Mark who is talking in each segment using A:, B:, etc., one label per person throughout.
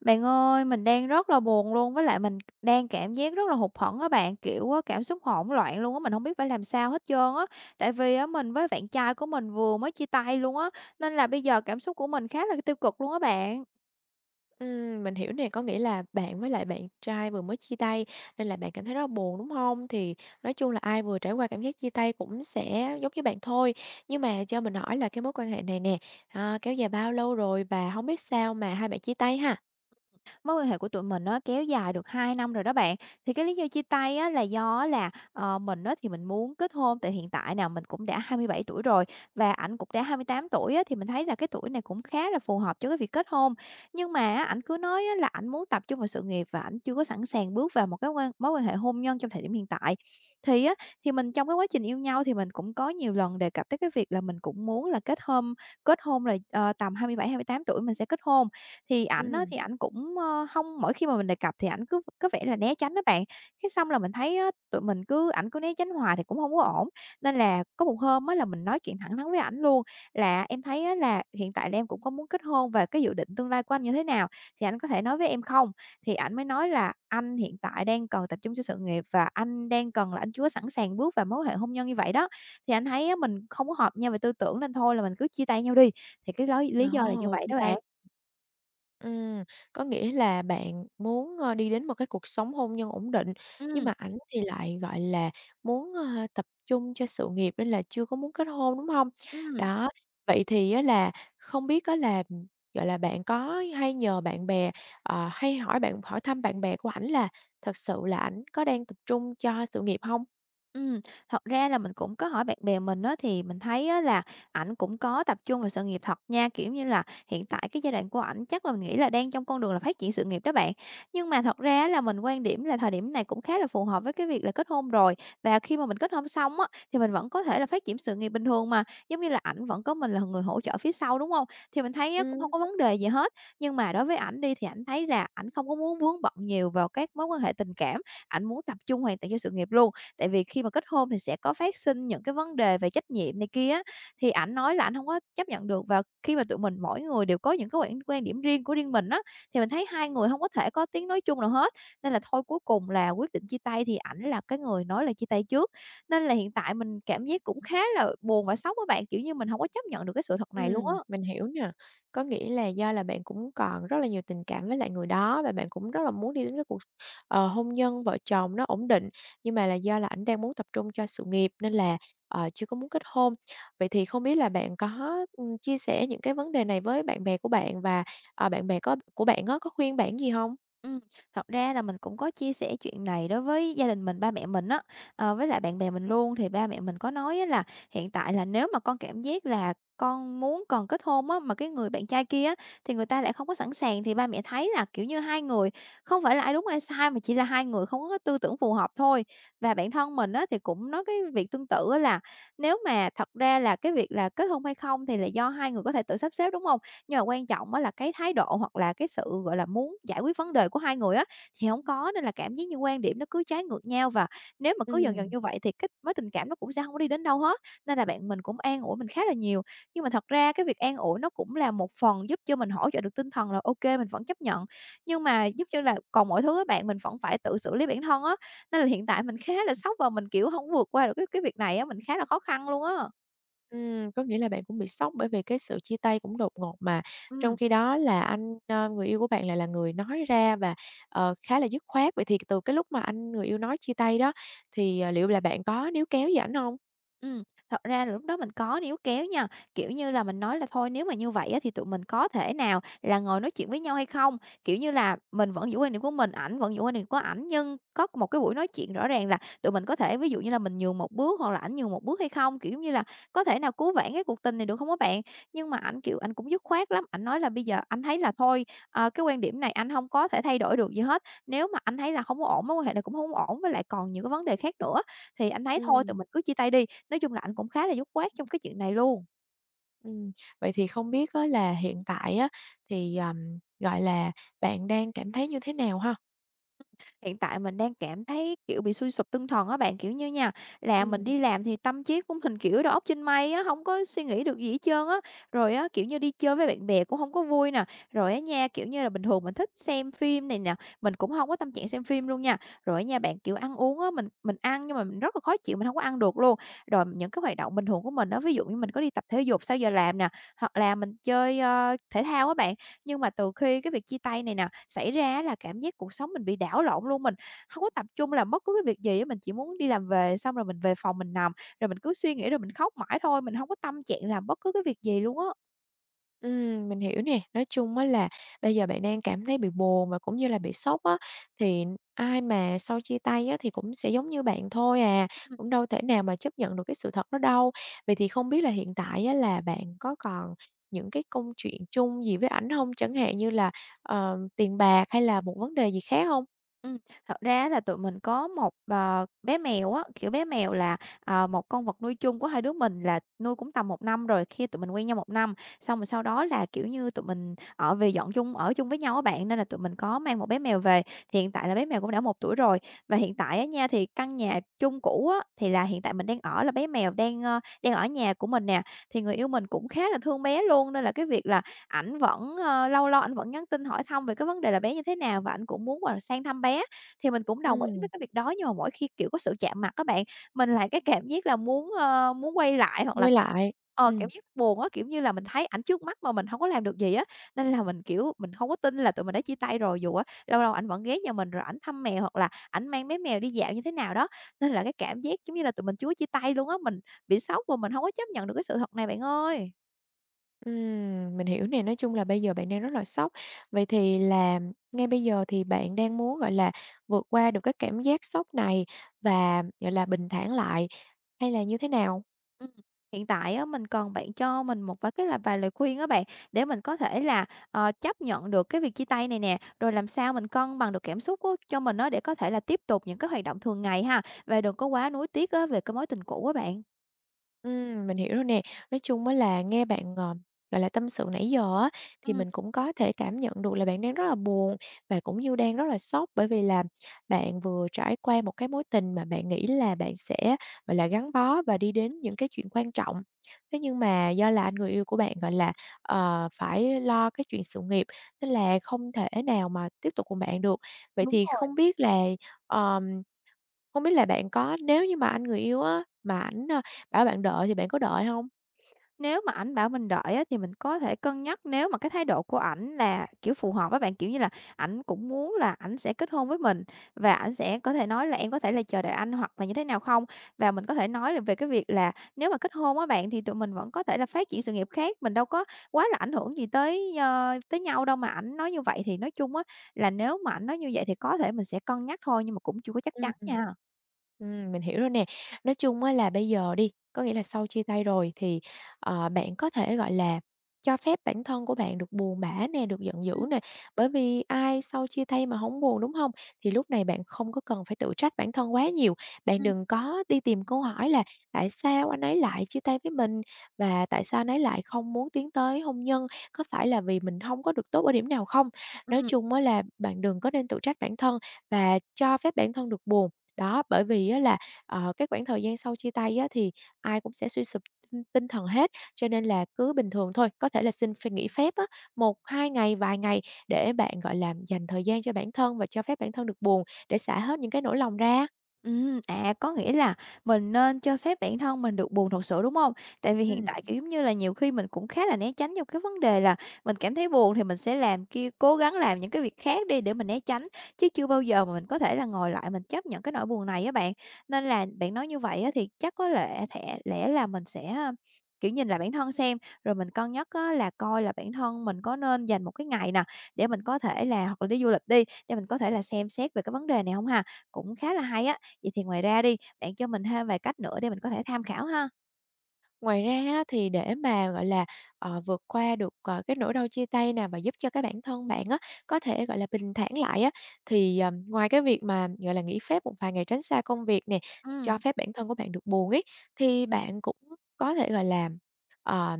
A: Bạn ơi, mình đang rất là buồn luôn, với lại mình đang cảm giác rất là hụt hẫng á bạn, kiểu, á, cảm xúc hỗn loạn luôn á, mình không biết phải làm sao hết trơn á. Tại vì á, mình với bạn trai của mình vừa mới chia tay luôn á, nên là bây giờ cảm xúc của mình khá là tiêu cực luôn á bạn.
B: Mình hiểu nè, có nghĩa là bạn với lại bạn trai vừa mới chia tay nên là bạn cảm thấy rất là buồn, đúng không? Thì nói chung là ai vừa trải qua cảm giác chia tay cũng sẽ giống như bạn thôi. Nhưng mà cho mình hỏi là cái mối quan hệ này nè, kéo dài bao lâu rồi và không biết sao mà hai bạn chia tay ha?
A: Mối quan hệ của tụi mình nó kéo dài được 2 năm rồi đó bạn. Thì cái lý do chia tay á là do á là, mình á thì mình muốn kết hôn, tại hiện tại nào mình cũng đã 27 tuổi rồi và ảnh cũng đã 28 tuổi á, thì mình thấy là cái tuổi này cũng khá là phù hợp cho cái việc kết hôn. Nhưng mà á ảnh cứ nói á là ảnh muốn tập trung vào sự nghiệp và ảnh chưa có sẵn sàng bước vào một cái mối quan hệ hôn nhân trong thời điểm hiện tại. Thì á, thì mình trong cái quá trình yêu nhau thì mình cũng có nhiều lần đề cập tới cái việc là mình cũng muốn là kết hôn. Là, tầm 27 28 tuổi mình sẽ kết hôn. Thì ảnh á,
B: Ừm,
A: thì ảnh cũng, hông mỗi khi mà mình đề cập thì ảnh cứ có vẻ là né tránh đó bạn. Cái xong là mình thấy á, tụi mình cứ ảnh cứ né tránh hoài thì cũng hông có ổn, nên là có một hôm á là mình nói chuyện thẳng thắn với ảnh luôn là: "Em thấy á là hiện tại là em cũng có muốn kết hôn, và cái dự định tương lai của anh như thế nào, thì anh có thể nói với em không?" Thì ảnh mới nói là: "Anh hiện tại đang cần tập trung cho sự nghiệp, và anh đang cần là anh chưa có sẵn sàng bước vào mối quan hệ hôn nhân như vậy đó, thì anh thấy á mình không có hợp nhau về tư tưởng, nên thôi là mình cứ chia tay nhau đi." Thì cái lý do là như
B: đó,
A: vậy
B: chia
A: đó
B: tay.
A: bạn.
B: Ừm, có nghĩa là bạn muốn, đi đến một cái cuộc sống hôn nhân ổn định, nhưng
A: Ừm.
B: mà ảnh thì lại, gọi là, muốn, tập trung cho sự nghiệp nên là chưa có muốn kết hôn, đúng không?
A: Ừm,
B: Đó, vậy thì á là không biết á là, gọi là, bạn có hay nhờ bạn bè, hay hỏi hỏi thăm bạn bè của ảnh là thật sự là ảnh có đang tập trung cho sự nghiệp không?
A: ừm, thật ra là mình cũng có hỏi bạn bè mình á, thì mình thấy á là ảnh cũng có tập trung vào sự nghiệp thật nha, kiểu như là, hiện tại cái giai đoạn của ảnh chắc là mình nghĩ là đang trong con đường là phát triển sự nghiệp đó bạn. Nhưng mà thật ra là mình quan điểm là thời điểm này cũng khá là phù hợp với cái việc là kết hôn rồi, và khi mà mình kết hôn xong á, thì mình vẫn có thể là phát triển sự nghiệp bình thường mà, giống như là ảnh vẫn có mình là người hỗ trợ phía sau, đúng không? Thì mình thấy á cũng không có vấn đề gì hết, nhưng mà đối với ảnh đi thì ảnh thấy là ảnh không có muốn vướng bận nhiều vào các mối quan hệ tình cảm, ảnh muốn tập trung hoàn toàn cho sự nghiệp luôn. Tại vì khi mà kết hôn thì sẽ có phát sinh những cái vấn đề về trách nhiệm này kia á, thì ảnh nói là ảnh hông có chấp nhận được. Và khi mà tụi mình mỗi người đều có những cái quan điểm riêng của riêng mình á, thì mình thấy hai người hông có thể có tiếng nói chung nào hết, nên là thôi cuối cùng là quyết định chia tay, thì ảnh là cái người nói là chia tay trước. Nên là hiện tại mình cảm giác cũng khá là buồn và sốc á bạn, kiểu như, mình hổng có chấp nhận được cái sự thật này luôn á.
B: Mình hiểu nè. Có nghĩa là do là bạn cũng còn rất là nhiều tình cảm với lại người đó và bạn cũng rất là muốn đi đến cái cuộc, hôn nhân vợ chồng nó ổn định, nhưng mà là do là ảnh đang muốn tập trung cho sự nghiệp nên là, chưa có muốn kết hôn. Vậy thì không biết là bạn có, chia sẻ những cái vấn đề này với bạn bè của bạn và, bạn bè có của bạn á, có khuyên bạn gì không?
A: Ừm, thật ra là mình cũng có chia sẻ chuyện này đối với gia đình mình, ba mẹ mình á, với lại bạn bè mình luôn. Thì ba mẹ mình có nói á là hiện tại là nếu mà con cảm giác là con muốn còn kết hôn á, mà cái người bạn trai kia á, thì người ta lại không có sẵn sàng, thì ba mẹ thấy là, kiểu như, hai người không phải là ai đúng ai sai mà chỉ là hai người không có cái tư tưởng phù hợp thôi. Và bản thân mình á, thì cũng nói cái việc tương tự á là nếu mà thật ra là cái việc là kết hôn hay không thì là do hai người có thể tự sắp xếp, đúng không? Nhưng mà quan trọng á là cái thái độ hoặc là cái sự, gọi là, muốn giải quyết vấn đề của hai người á, thì hổng có. Nên là cảm giác như quan điểm nó cứ trái ngược nhau, và nếu mà cứ dần dần
B: Ừm.
A: như vậy thì cái mối tình cảm nó cũng sẽ hông có đi đến đâu hết. Nên là bạn mình cũng an ủi mình khá là nhiều, nhưng mà thật ra cái việc an ủi nó cũng là một phần giúp cho mình hỗ trợ được tinh thần là ô kê, mình vẫn chấp nhận. Nhưng mà giúp như là còn mọi thứ á bạn, mình vẫn phải tự xử lý bản thân á, nên là hiện tại mình khá là sốc, và mình, kiểu, hông có vượt qua được cái việc này á, mình khá là khó khăn luôn á.
B: Có nghĩa là bạn cũng bị sốc bởi vì cái sự chia tay cũng đột ngột mà, trong
A: Ừm.
B: khi đó là anh, người yêu của bạn lại là người nói ra và, khá là dứt khoát. Vậy thì từ cái lúc mà anh người yêu nói chia tay đó, thì, à, liệu là bạn có níu kéo gì ảnh hông?
A: Ừm, thật ra là lúc đó mình có níu kéo nha, kiểu như là, mình nói là: "Thôi nếu mà như vậy á, thì tụi mình có thể nào là ngồi nói chuyện với nhau hay không?" Kiểu như là, mình vẫn giữ quan điểm của mình, ảnh vẫn giữ quan điểm của ảnh, nhưng có một cái buổi nói chuyện rõ ràng là tụi mình có thể ví dụ như là mình nhường một bước hoặc là ảnh nhường một bước hay không, kiểu như là, có thể nào cứu vãn cái cuộc tình này được không các bạn? Nhưng mà ảnh, kiểu, ảnh cũng dứt khoát lắm, ảnh nói là bây giờ ảnh thấy là thôi, cái quan điểm này ảnh không có thể thay đổi được gì hết, nếu mà ảnh thấy là không có ổn, mối quan hệ này cũng không ổn, với lại còn nhiều cái vấn đề khác nữa, thì ảnh thấy thôi
B: Ừm,
A: tụi mình cứ chia tay đi. Nói chung là ảnh cũng khá là dứt khoát trong cái chuyện này luôn.
B: ừm, vậy thì không biết á là hiện tại á thì, gọi là, bạn đang cảm thấy như thế nào ha?
A: Hiện tại mình đang cảm thấy, kiểu, bị suy sụp tinh thần á bạn, kiểu như nha, là mình đi làm thì tâm trí của mình, kiểu, đầu óc trên mây á, không có suy nghĩ được gì hết trơn á. Rồi á, kiểu như, đi chơi với bạn bè cũng không có vui nè. Rồi á nha, kiểu như là, bình thường mình thích xem phim này nè, mình cũng không có tâm trạng xem phim luôn nha. Rồi á nha bạn, kiểu, ăn uống á, mình ăn nhưng mà mình rất là khó chịu, mình không có ăn được luôn. Rồi những cái hoạt động bình thường của mình đó, ví dụ như mình có đi tập thể dục sau giờ làm nè, hoặc là mình chơi, thể thao á bạn. Nhưng mà từ khi cái việc chia tay này nè xảy ra á, là cảm giác cuộc sống mình bị đảo lộn luôn, mình không có tập trung làm bất cứ cái việc gì á, mình chỉ muốn đi làm về xong rồi mình về phòng mình nằm, rồi mình cứ suy nghĩ rồi mình khóc mãi thôi, mình không có tâm trạng làm bất cứ cái việc gì luôn á.
B: Mình hiểu nè. Nói chung á là bây giờ bạn đang cảm thấy bị buồn và cũng như là bị sốc á, thì ai mà sau chia tay á thì cũng sẽ giống như bạn thôi à, cũng đâu thể nào mà chấp nhận được cái sự thật đó đâu. Vậy thì không biết là hiện tại á là bạn có còn những cái công chuyện chung gì với ảnh không? Chẳng hạn như là, tiền bạc hay là một vấn đề gì khác không?
A: Ừm, thật ra là tụi mình có một, bé mèo á, kiểu, bé mèo là, một con vật nuôi chung của hai đứa mình, là nuôi cũng tầm một năm rồi, khi tụi mình quen nhau một năm, xong rồi sau đó là, kiểu như, tụi mình ở về dọn chung ở chung với nhau á bạn, nên là tụi mình có mang một bé mèo về. Thì hiện tại là bé mèo cũng đã 1 tuổi rồi, và hiện tại á nha, thì căn nhà chung cũ á, thì là hiện tại mình đang ở là bé mèo đang ở nhà của mình nè, thì người yêu mình cũng khá là thương bé luôn, nên là cái việc là ảnh vẫn, lâu lâu ảnh vẫn nhắn tin hỏi thăm về cái vấn đề là bé như thế nào, và ảnh cũng muốn, gọi là, sang thăm bé. Thì mình cũng đồng ý
B: Ừm,
A: với cái việc đó, nhưng mà mỗi khi, kiểu, có sự chạm mặt các bạn, mình lại cái cảm giác là muốn, muốn quay lại hoặc là
B: quay lại. Ừm.
A: cảm giác buồn á, kiểu như là, mình thấy ảnh trước mắt mà mình không có làm được gì á, nên là mình, kiểu, mình không có tin là tụi mình đã chia tay rồi, dù á lâu lâu ảnh vẫn ghé nhà mình rồi ảnh thăm mèo hoặc là ảnh mang bé mèo đi dạo như thế nào đó. Nên là cái cảm giác giống như là tụi mình chưa có chia tay luôn á, mình bị sốc và mình không có chấp nhận được cái sự thật này bạn ơi.
B: Mình hiểu nè, nói chung là bây giờ bạn đang rất là sốc. Vậy thì là ngay bây giờ thì bạn đang muốn, gọi là, vượt qua được cái cảm giác sốc này và, gọi là, bình thản lại hay là như thế nào?
A: Ừm, hiện tại á, mình cần bạn cho mình một vài cái là vài lời khuyên á bạn, để mình có thể là, chấp nhận được cái việc chia tay này nè, rồi làm sao mình cân bằng được cảm xúc của cho mình á, để có thể là tiếp tục những cái hoạt động thường ngày ha, và đừng có quá nuối tiếc á về cái mối tình cũ á bạn.
B: Mình hiểu rồi nè. Nói chung á là nghe bạn, gọi là, tâm sự nãy giờ á, thì
A: Ừm,
B: mình cũng có thể cảm nhận được là bạn đang rất là buồn và cũng như đang rất là sốc, bởi vì là bạn vừa trải qua một cái mối tình mà bạn nghĩ là bạn sẽ, gọi là, gắn bó và đi đến những cái chuyện quan trọng. Thế nhưng mà do là anh người yêu của bạn, gọi là, phải lo cái chuyện sự nghiệp nên là không thể nào mà tiếp tục cùng bạn được. Vậy
A: đúng
B: thì
A: rồi.
B: không biết là bạn có nếu như mà anh người yêu á, mà ảnh, bảo bạn đợi thì bạn có đợi hông?
A: Nếu mà ảnh bảo mình đợi á, thì mình có thể cân nhắc nếu mà cái thái độ của ảnh là, kiểu, phù hợp á bạn, kiểu như là, ảnh cũng muốn là ảnh sẽ kết hôn với mình và ảnh sẽ có thể nói là "Em có thể là chờ đợi anh" hoặc là như thế nào không. Và mình có thể nói là về cái việc là nếu mà kết hôn á bạn, thì tụi mình vẫn có thể là phát triển sự nghiệp khác, mình đâu có quá là ảnh hưởng gì tới, tới nhau đâu mà ảnh nói như vậy. Thì nói chung á, là nếu mà ảnh nói như vậy thì có thể mình sẽ cân nhắc thôi, nhưng mà cũng chưa có chắc
B: Ừm,
A: chắn
B: ừm.
A: nha.
B: Mình hiểu rồi nè. Nói chung á là bây giờ đi, có nghĩa là sau chia tay rồi thì, bạn có thể, gọi là, cho phép bản thân của bạn được buồn bã nè, được giận dữ
A: Ừm,
B: nè, bởi vì ai sau chia tay mà hổng buồn, đúng hông? Thì lúc này bạn không có cần phải tự trách bản thân quá nhiều, bạn
A: ừm.
B: đừng có đi tìm câu hỏi là "Tại sao anh ấy lại chia tay với mình?" và "Tại sao anh ấy lại không muốn tiến tới hôn nhân? Có phải là vì mình hông có được tốt ở điểm nào không?" Nói chung á là bạn đừng có nên tự trách bản thân. Và cho phép bản thân được buồn. Đó, bởi vì á là, cái khoảng thời gian sau chia tay á thì ai cũng sẽ suy sụp tinh tinh thần hết, cho nên là cứ bình thường thôi, có thể là xin phép nghỉ phép á, 1, 2 ngày, vài ngày để bạn, gọi là, dành thời gian cho bản thân và cho phép bản thân được buồn để xả hết những cái nỗi lòng ra.
A: Có nghĩa là mình nên cho phép bản thân mình được buồn thật sự, đúng hông? Tại vì hiện
B: Ừm.
A: tại, kiểu, giống như là, nhiều khi mình cũng khá là né tránh trong cái vấn đề là mình cảm thấy buồn thì mình sẽ làm kia cố gắng làm những cái việc khác đi để mình né tránh, chứ chưa bao giờ mà mình có thể là ngồi lại mình chấp nhận cái nỗi buồn này á bạn. Nên là bạn nói như vậy á thì chắc có lẽ thẽ lẽ là mình sẽ, kiểu, nhìn lại bản thân xem, rồi mình cân nhắc á là coi là bản thân mình có nên dành một cái ngày nè, để mình có thể là hoặc là đi du lịch đi, để mình có thể là xem xét về cái vấn đề này hông ha? Cũng khá là hay á. Vậy thì ngoài ra đi, bạn cho mình thêm vài cách nữa để mình có thể tham khảo ha.
B: Ngoài ra á, thì để mà, gọi là, vượt qua được, cái nỗi đau chia tay nè và giúp cho cái bản thân bạn á, có thể, gọi là, bình thản lại á, thì, ngoài cái việc mà, gọi là, nghỉ phép một vài ngày tránh xa công việc nè, cho
A: Ừm.
B: phép bản thân của bạn được buồn ấy, thì bạn cũng có thể, gọi là, ờ,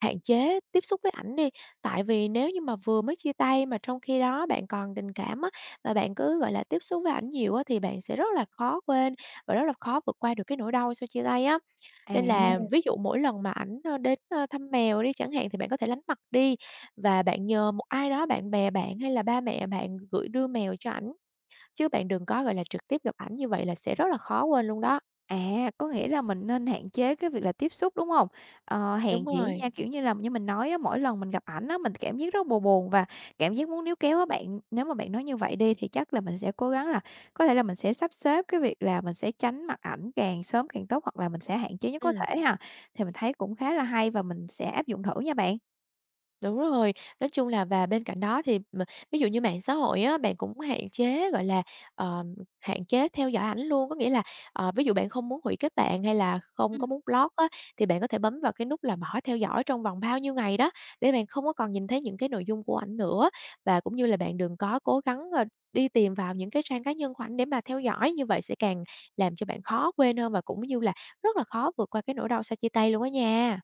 B: hạn chế tiếp xúc với ảnh đi. Tại vì nếu như mà vừa mới chia tay mà trong khi đó bạn còn tình cảm á, và bạn cứ, gọi là, tiếp xúc với ảnh nhiều á, thì bạn sẽ rất là khó quên và rất là khó vượt qua được cái nỗi đau sau chia tay á.
A: À,
B: Nên là ví dụ mỗi lần mà ảnh, đến, thăm mèo đi chẳng hạn thì bạn có thể lánh mặt đi và bạn nhờ một ai đó, bạn bè bạn hay là ba mẹ bạn đưa mèo cho ảnh, chứ bạn đừng có, gọi là, trực tiếp gặp ảnh, như vậy là sẽ rất là khó quên luôn đó.
A: à, có nghĩa là mình nên hạn chế cái việc là tiếp xúc, đúng hông? Ờ,
B: Đúng
A: hèn gì á
B: rồi,
A: nha, kiểu như là, như mình nói á, mỗi lần mình gặp ảnh á, mình cảm giác rất buồn và cảm giác muốn níu kéo á bạn. Nếu mà bạn nói như vậy đi thì chắc là mình sẽ cố gắng là có thể là mình sẽ sắp xếp cái việc là mình sẽ tránh mặt ảnh càng sớm càng tốt, hoặc là mình sẽ hạn chế nhất có
B: ừm.
A: thể ha. Thì mình thấy cũng khá là hay và mình sẽ áp dụng thử nha bạn.
B: Đúng rồi, nói chung là và bên cạnh đó thì ví dụ như mạng xã hội á, bạn cũng hạn chế, gọi là, ờ, hạn chế theo dõi ảnh luôn. Có nghĩa là, ví dụ bạn không muốn hủy kết bạn hay là không có
A: Ừm.
B: muốn block á, thì bạn có thể bấm vào cái nút là bỏ theo dõi trong vòng bao nhiêu ngày đó, để bạn không có còn nhìn thấy những cái nội dung của ảnh nữa. Và cũng như là bạn đừng có cố gắng, đi tìm vào những cái trang cá nhân của ảnh để mà theo dõi, như vậy sẽ càng làm cho bạn khó quên hơn và cũng như là rất là khó vượt qua cái nỗi đau sau chia tay luôn á nha.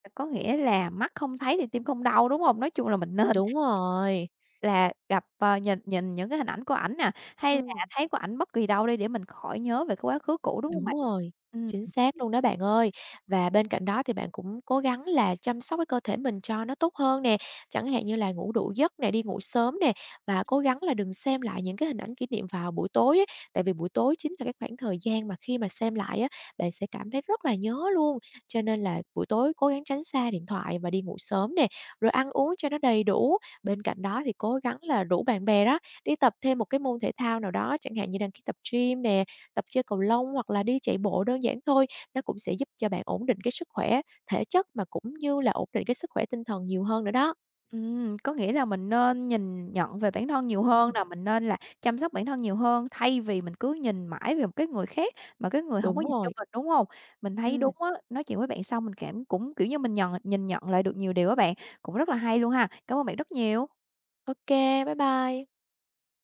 A: À, có nghĩa là mắt không thấy thì tim không đau, đúng hông? Nói chung là mình nên
B: Đúng rồi.
A: là gặp, nhìn nhìn những cái hình ảnh của ảnh nè, hay là
B: Ừm.
A: thấy của ảnh bất kỳ đâu đi để mình khỏi nhớ về cái quá khứ cũ, đúng hông
B: Đúng
A: bạn?
B: rồi,
A: Ừm,
B: chính xác luôn đó bạn ơi. Và bên cạnh đó thì bạn cũng cố gắng là chăm sóc cái cơ thể mình cho nó tốt hơn nè, chẳng hạn như là ngủ đủ giấc nè, đi ngủ sớm nè, và cố gắng là đừng xem lại những cái hình ảnh kỷ niệm vào buổi tối ấy. Tại vì buổi tối chính là cái khoảng thời gian mà khi mà xem lại á, bạn sẽ cảm thấy rất là nhớ luôn. Cho nên là buổi tối cố gắng tránh xa điện thoại và đi ngủ sớm nè, rồi ăn uống cho nó đầy đủ. Bên cạnh đó thì cố gắng là rủ bạn bè đó, đi tập thêm một cái môn thể thao nào đó, chẳng hạn như đăng ký tập gym nè, tập chơi cầu lông hoặc là đi chạy bộ đơn giản thôi, nó cũng sẽ giúp cho bạn ổn định cái sức khỏe thể chất mà cũng như là ổn định cái sức khỏe tinh thần nhiều hơn nữa đó.
A: ừm, có nghĩa là mình nên nhìn nhận về bản thân nhiều hơn
B: Ừm,
A: nè, mình nên là chăm sóc bản thân nhiều hơn, thay vì mình cứ nhìn mãi về một cái người khác mà cái người hổng
B: đúng
A: có dành cho
B: rồi.
A: mình, đúng hông? Mình thấy
B: Ừm,
A: đúng á, nói chuyện với bạn xong mình cảm cũng, kiểu như, mình nhìn nhận lại được nhiều điều á bạn, cũng rất là hay luôn ha. Cảm ơn bạn rất nhiều.
B: ô bye bye.